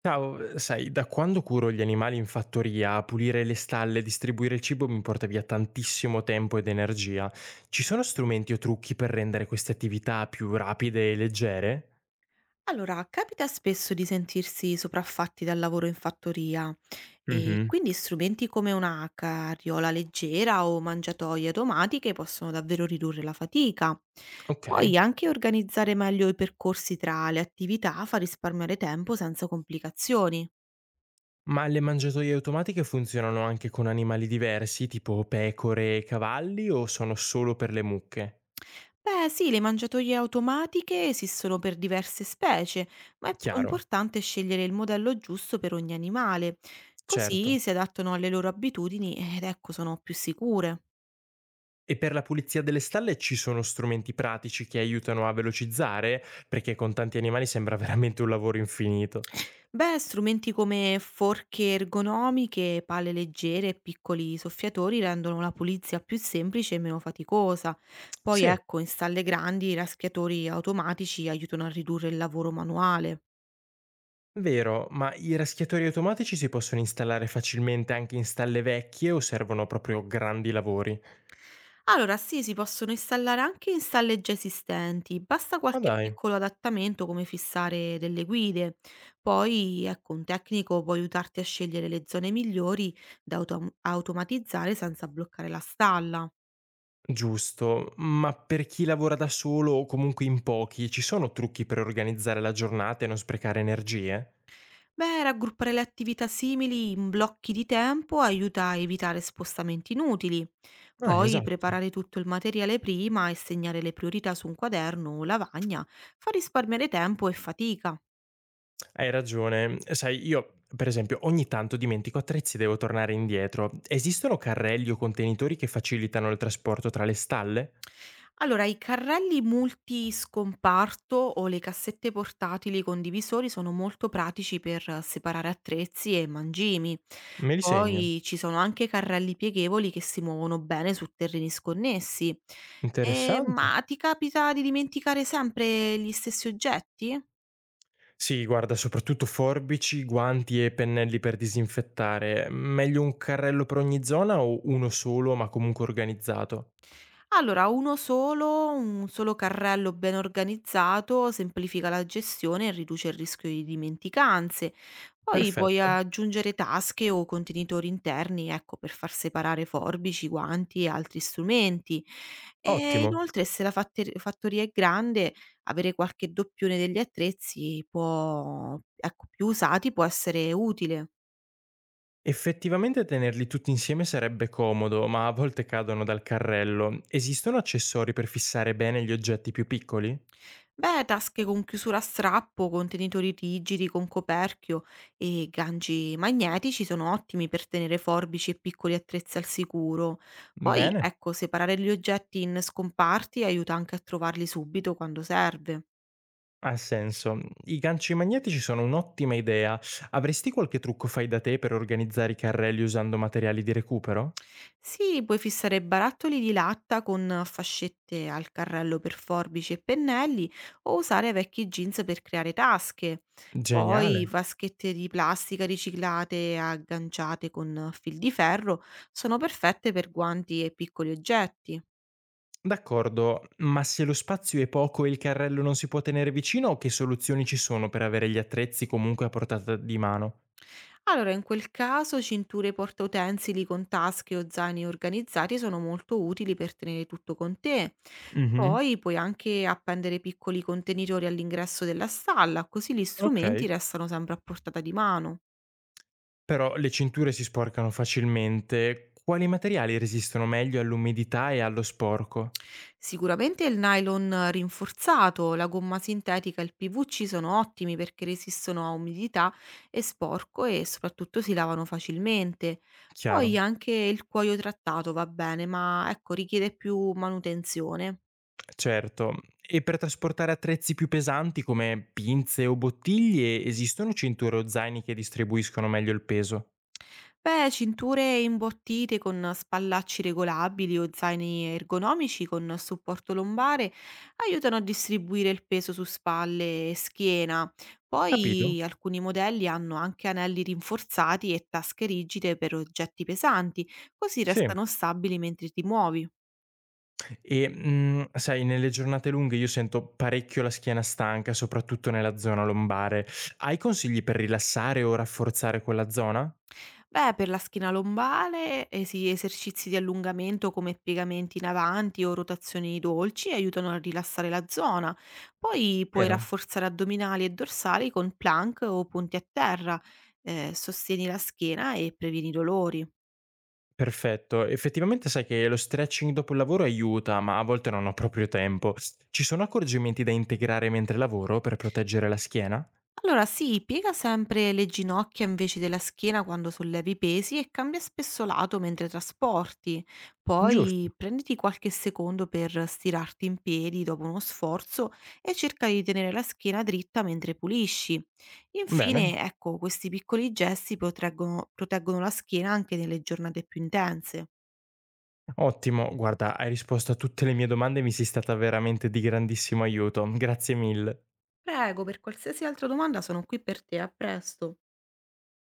Ciao, sai, da quando curo gli animali in fattoria, pulire le stalle, distribuire il cibo mi porta via tantissimo tempo ed energia. Ci sono strumenti o trucchi per rendere queste attività più rapide e leggere? Allora, capita spesso di sentirsi sopraffatti dal lavoro in fattoria e Mhm, quindi strumenti come una carriola leggera o mangiatoie automatiche possono davvero ridurre la fatica. ok. Poi anche organizzare meglio i percorsi tra le attività fa risparmiare tempo senza complicazioni. Ma le mangiatoie automatiche funzionano anche con animali diversi, tipo pecore e cavalli, o sono solo per le mucche? Beh, sì, le mangiatoie automatiche esistono per diverse specie, ma è Chiaro, importante scegliere il modello giusto per ogni animale. Così certo. si adattano alle loro abitudini ed ecco sono più sicure. E per la pulizia delle stalle ci sono strumenti pratici che aiutano a velocizzare, perché con tanti animali sembra veramente un lavoro infinito. Beh, strumenti come forche ergonomiche, pale leggere e piccoli soffiatori rendono la pulizia più semplice e meno faticosa. Poi Sì, ecco, in stalle grandi i raschiatori automatici aiutano a ridurre il lavoro manuale. vero, ma i raschiatori automatici si possono installare facilmente anche in stalle vecchie o servono proprio grandi lavori? Allora, sì, si possono installare anche in stalle già esistenti, basta Ma qualche dai, piccolo adattamento come fissare delle guide. Poi, ecco, un tecnico può aiutarti a scegliere le zone migliori da automatizzare senza bloccare la stalla. giusto, ma per chi lavora da solo o comunque in pochi, ci sono trucchi per organizzare la giornata e non sprecare energie? Beh, raggruppare le attività simili in blocchi di tempo aiuta a evitare spostamenti inutili. Ah, Poi esatto. preparare tutto il materiale prima e segnare le priorità su un quaderno o lavagna fa risparmiare tempo e fatica. Hai ragione. Sai, io, per esempio, ogni tanto dimentico attrezzi e devo tornare indietro. Esistono carrelli o contenitori che facilitano il trasporto tra le stalle? Allora, i carrelli multiscomparto o le cassette portatili con divisori sono molto pratici per separare attrezzi e mangimi. Me li segno. Poi ci sono anche carrelli pieghevoli che si muovono bene su terreni sconnessi. Interessante. Ma ti capita di dimenticare sempre gli stessi oggetti? Sì, guarda, soprattutto forbici, guanti e pennelli per disinfettare. Meglio un carrello per ogni zona o uno solo, ma comunque organizzato? Allora, un solo carrello ben organizzato semplifica la gestione e riduce il rischio di dimenticanze. Poi puoi Perfetto, aggiungere tasche o contenitori interni, ecco, per far separare forbici, guanti e altri strumenti. E ottimo. inoltre, se la fattoria è grande, avere qualche doppione degli attrezzi può, ecco, più usati può essere utile. Effettivamente tenerli tutti insieme sarebbe comodo, ma a volte cadono dal carrello. Esistono accessori per fissare bene gli oggetti più piccoli? Beh, tasche con chiusura a strappo, contenitori rigidi con coperchio e ganci magnetici sono ottimi per tenere forbici e piccoli attrezzi al sicuro. Poi, Bene, ecco, separare gli oggetti in scomparti aiuta anche a trovarli subito quando serve. ha senso. I ganci magnetici sono un'ottima idea. Avresti qualche trucco fai da te per organizzare i carrelli usando materiali di recupero? Sì, puoi fissare barattoli di latta con fascette al carrello per forbici e pennelli o usare vecchi jeans per creare tasche. Poi Geniale. vaschette di plastica riciclate e agganciate con fil di ferro sono perfette per guanti e piccoli oggetti. D'accordo, ma se lo spazio è poco e il carrello non si può tenere vicino, che soluzioni ci sono per avere gli attrezzi comunque a portata di mano? Allora, in quel caso cinture portautensili con tasche o zaini organizzati sono molto utili per tenere tutto con te. Mhm. Poi puoi anche appendere piccoli contenitori all'ingresso della stalla, così gli strumenti Ok. restano sempre a portata di mano. Però le cinture si sporcano facilmente. Quali materiali resistono meglio all'umidità e allo sporco? Sicuramente il nylon rinforzato, la gomma sintetica e il PVC sono ottimi perché resistono a umidità e sporco e soprattutto si lavano facilmente. Poi Chiaro. anche il cuoio trattato va bene, ma ecco, richiede più manutenzione. Certo. E per trasportare attrezzi più pesanti come pinze o bottiglie esistono cinture o zaini che distribuiscono meglio il peso? Beh, cinture imbottite con spallacci regolabili o zaini ergonomici con supporto lombare aiutano a distribuire il peso su spalle e schiena. Capito? Poi alcuni modelli hanno anche anelli rinforzati e tasche rigide per oggetti pesanti, così Sì. restano stabili mentre ti muovi. E, sai nelle giornate lunghe io sento parecchio la schiena stanca, soprattutto nella zona lombare. Hai consigli per rilassare o rafforzare quella zona? Beh, per la schina lombare, eh sì, esercizi di allungamento come piegamenti in avanti o rotazioni dolci aiutano a rilassare la zona. Poi puoi Vero? rafforzare addominali e dorsali con plank o punti a terra, sostieni la schiena e previeni i dolori. Perfetto. Effettivamente sai che lo stretching dopo il lavoro aiuta, ma a volte non ho proprio tempo. Ci sono accorgimenti da integrare mentre lavoro per proteggere la schiena? Allora sì, piega sempre le ginocchia invece della schiena quando sollevi i pesi e cambia spesso lato mentre trasporti. Giusto. Poi prenditi qualche secondo per stirarti in piedi dopo uno sforzo e cerca di tenere la schiena dritta mentre pulisci. Bene. Infine, ecco, questi piccoli gesti proteggono la schiena anche nelle giornate più intense. Ottimo. Guarda, hai risposto a tutte le mie domande e mi sei stata veramente di grandissimo aiuto. Grazie mille. Prego, per qualsiasi altra domanda sono qui per te, a presto.